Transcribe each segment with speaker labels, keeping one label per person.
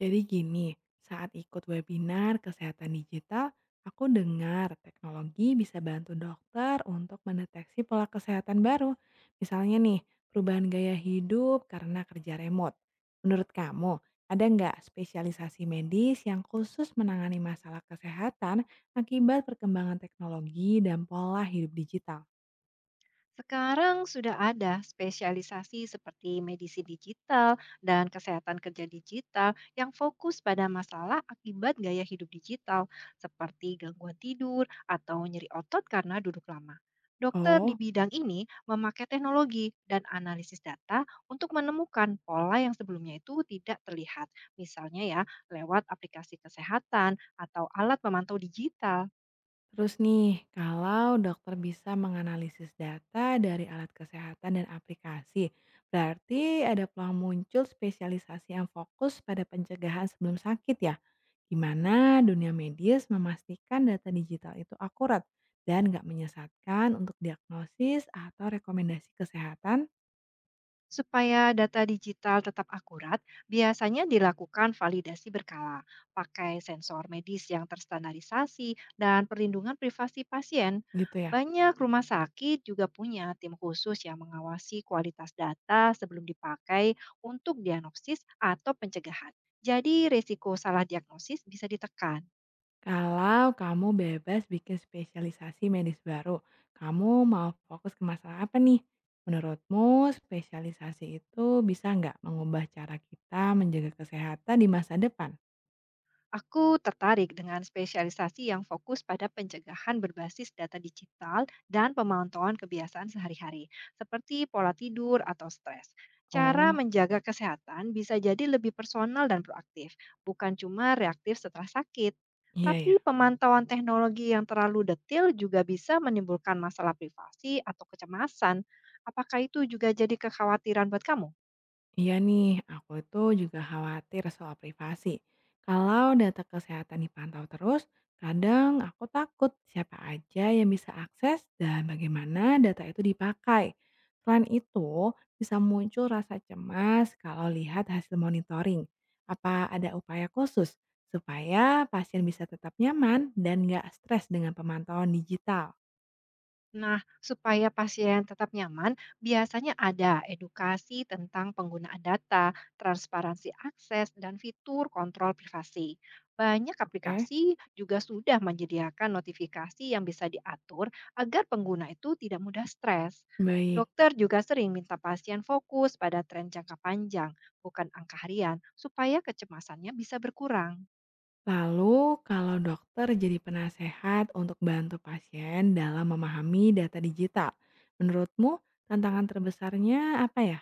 Speaker 1: Jadi gini, saat ikut webinar kesehatan digital, aku dengar teknologi bisa bantu dokter untuk mendeteksi pola kesehatan baru. Misalnya nih, perubahan gaya hidup karena kerja remote. Menurut kamu, ada nggak spesialisasi medis yang khusus menangani masalah kesehatan akibat perkembangan teknologi dan pola hidup digital?
Speaker 2: Sekarang sudah ada spesialisasi seperti medisi digital dan kesehatan kerja digital yang fokus pada masalah akibat gaya hidup digital, seperti gangguan tidur atau nyeri otot karena duduk lama. Dokter di
Speaker 1: Oh.
Speaker 2: bidang ini memakai teknologi dan analisis data untuk menemukan pola yang sebelumnya itu tidak terlihat, misalnya ya lewat aplikasi kesehatan atau alat pemantau digital.
Speaker 1: Terus nih, kalau dokter bisa menganalisis data dari alat kesehatan dan aplikasi, berarti ada peluang muncul spesialisasi yang fokus pada pencegahan sebelum sakit ya. Gimana dunia medis memastikan data digital itu akurat dan nggak menyesatkan untuk diagnosis atau rekomendasi kesehatan
Speaker 2: Supaya data digital tetap akurat, biasanya dilakukan validasi berkala, pakai sensor medis yang terstandarisasi, dan perlindungan privasi pasien.
Speaker 1: gitu ya.
Speaker 2: Banyak rumah sakit juga punya tim khusus yang mengawasi kualitas data sebelum dipakai untuk diagnosis atau pencegahan. Jadi, risiko salah diagnosis bisa ditekan.
Speaker 1: Kalau kamu bebas bikin spesialisasi medis baru, kamu mau fokus ke masalah apa nih? Menurutmu spesialisasi itu bisa nggak mengubah cara kita menjaga kesehatan di masa depan?
Speaker 2: Aku tertarik dengan spesialisasi yang fokus pada pencegahan berbasis data digital dan pemantauan kebiasaan sehari-hari, seperti pola tidur atau stres. Cara
Speaker 1: Oh,
Speaker 2: menjaga kesehatan bisa jadi lebih personal dan proaktif, bukan cuma reaktif setelah sakit.
Speaker 1: iya ya.
Speaker 2: Tapi pemantauan teknologi yang terlalu detail juga bisa menimbulkan masalah privasi atau kecemasan. Apakah itu juga jadi kekhawatiran buat kamu?
Speaker 1: Iya nih, aku itu juga khawatir soal privasi. Kalau data kesehatan dipantau terus, kadang aku takut siapa aja yang bisa akses dan bagaimana data itu dipakai. Selain itu, bisa muncul rasa cemas kalau lihat hasil monitoring. Apa ada upaya khusus supaya pasien bisa tetap nyaman dan nggak stres dengan pemantauan digital?
Speaker 2: Nah, supaya pasien tetap nyaman, biasanya ada edukasi tentang penggunaan data, transparansi akses, dan fitur kontrol privasi. Banyak
Speaker 1: Oke.
Speaker 2: aplikasi juga sudah menyediakan notifikasi yang bisa diatur agar pengguna itu tidak mudah stres.
Speaker 1: Baik.
Speaker 2: Dokter juga sering minta pasien fokus pada tren jangka panjang, bukan angka harian, supaya kecemasannya bisa berkurang.
Speaker 1: Lalu, kalau dokter jadi penasehat untuk bantu pasien dalam memahami data digital, menurutmu tantangan terbesarnya apa ya?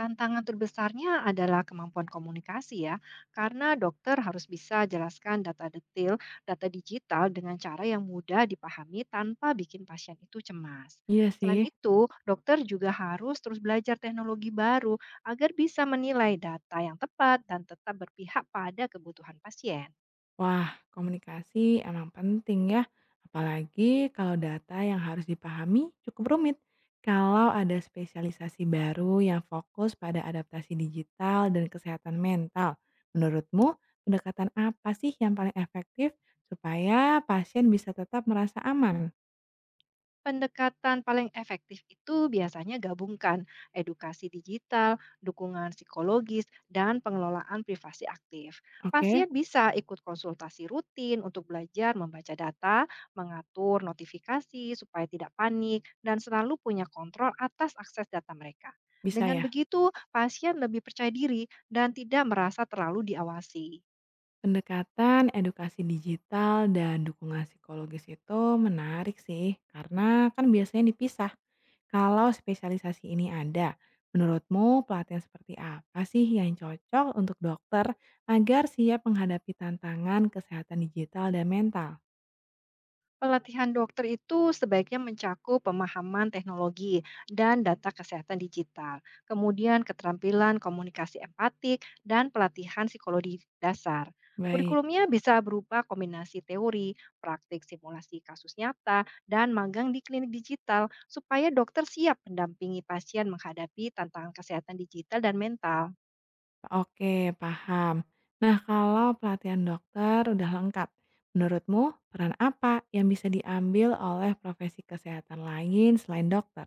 Speaker 2: Tantangan terbesarnya adalah kemampuan komunikasi ya, karena dokter harus bisa jelaskan data detail, data digital dengan cara yang mudah dipahami tanpa bikin pasien itu cemas.
Speaker 1: Iya
Speaker 2: Selain
Speaker 1: sih,
Speaker 2: itu, dokter juga harus terus belajar teknologi baru agar bisa menilai data yang tepat dan tetap berpihak pada kebutuhan pasien.
Speaker 1: wah, komunikasi emang penting ya, apalagi kalau data yang harus dipahami cukup rumit. Kalau ada spesialisasi baru yang fokus pada adaptasi digital dan kesehatan mental, menurutmu pendekatan apa sih yang paling efektif supaya pasien bisa tetap merasa aman?
Speaker 2: Pendekatan paling efektif itu biasanya gabungkan edukasi digital, dukungan psikologis, dan pengelolaan privasi aktif.
Speaker 1: Oke.
Speaker 2: Pasien bisa ikut konsultasi rutin untuk belajar membaca data, mengatur notifikasi supaya tidak panik, dan selalu punya kontrol atas akses data mereka.
Speaker 1: Bisa
Speaker 2: Dengan
Speaker 1: ya,
Speaker 2: begitu, pasien lebih percaya diri dan tidak merasa terlalu diawasi.
Speaker 1: pendekatan edukasi digital dan dukungan psikologis itu menarik sih, karena kan biasanya dipisah. Kalau spesialisasi ini ada, menurutmu pelatihan seperti apa sih yang cocok untuk dokter agar siap menghadapi tantangan kesehatan digital dan mental?
Speaker 2: Pelatihan dokter itu sebaiknya mencakup pemahaman teknologi dan data kesehatan digital, kemudian keterampilan komunikasi empatik, dan pelatihan psikologi dasar.
Speaker 1: Baik,
Speaker 2: Kurikulumnya bisa berupa kombinasi teori, praktik simulasi kasus nyata, dan magang di klinik digital supaya dokter siap mendampingi pasien menghadapi tantangan kesehatan digital dan mental.
Speaker 1: oke, paham. Nah, kalau pelatihan dokter udah lengkap, menurutmu peran apa yang bisa diambil oleh profesi kesehatan lain selain dokter?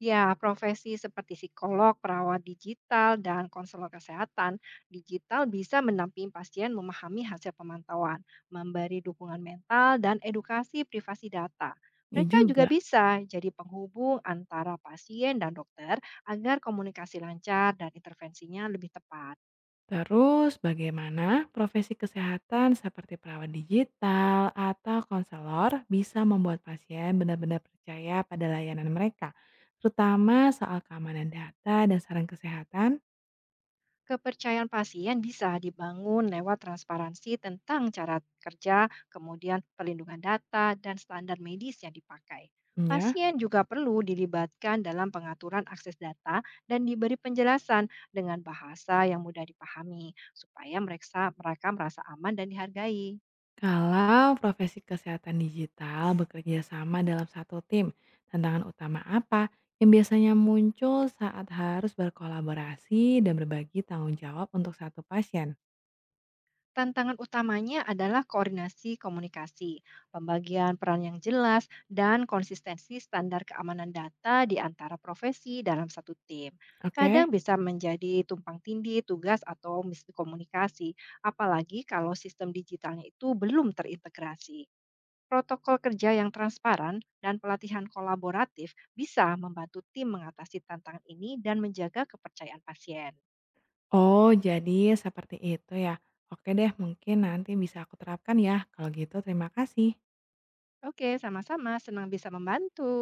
Speaker 2: Ya, profesi seperti psikolog, perawat digital, dan konselor kesehatan digital bisa mendampingi pasien memahami hasil pemantauan, memberi dukungan mental, dan edukasi privasi data.
Speaker 1: Ya
Speaker 2: Mereka juga
Speaker 1: juga.
Speaker 2: bisa jadi penghubung antara pasien dan dokter agar komunikasi lancar dan intervensinya lebih tepat.
Speaker 1: Terus bagaimana profesi kesehatan seperti perawat digital atau konselor bisa membuat pasien benar-benar percaya pada layanan mereka, terutama soal keamanan data dan saran kesehatan?
Speaker 2: Kepercayaan pasien bisa dibangun lewat transparansi tentang cara kerja, kemudian perlindungan data, dan standar medis yang dipakai.
Speaker 1: Ya,
Speaker 2: Pasien juga perlu dilibatkan dalam pengaturan akses data dan diberi penjelasan dengan bahasa yang mudah dipahami, supaya mereka merasa aman dan dihargai.
Speaker 1: kalau profesi kesehatan digital bekerja sama dalam satu tim, tantangan utama apa yang biasanya muncul saat harus berkolaborasi dan berbagi tanggung jawab untuk satu pasien?
Speaker 2: Tantangan utamanya adalah koordinasi komunikasi, pembagian peran yang jelas, dan konsistensi standar keamanan data di antara profesi dalam satu tim. Kadang
Speaker 1: Oke.
Speaker 2: bisa menjadi tumpang tindih tugas atau miskomunikasi, apalagi kalau sistem digitalnya itu belum terintegrasi. Protokol kerja yang transparan dan pelatihan kolaboratif bisa membantu tim mengatasi tantangan ini dan menjaga kepercayaan pasien.
Speaker 1: Oh, jadi seperti itu ya. Oke deh, mungkin nanti bisa aku terapkan ya. Kalau gitu, terima kasih.
Speaker 2: Oke, sama-sama senang bisa membantu.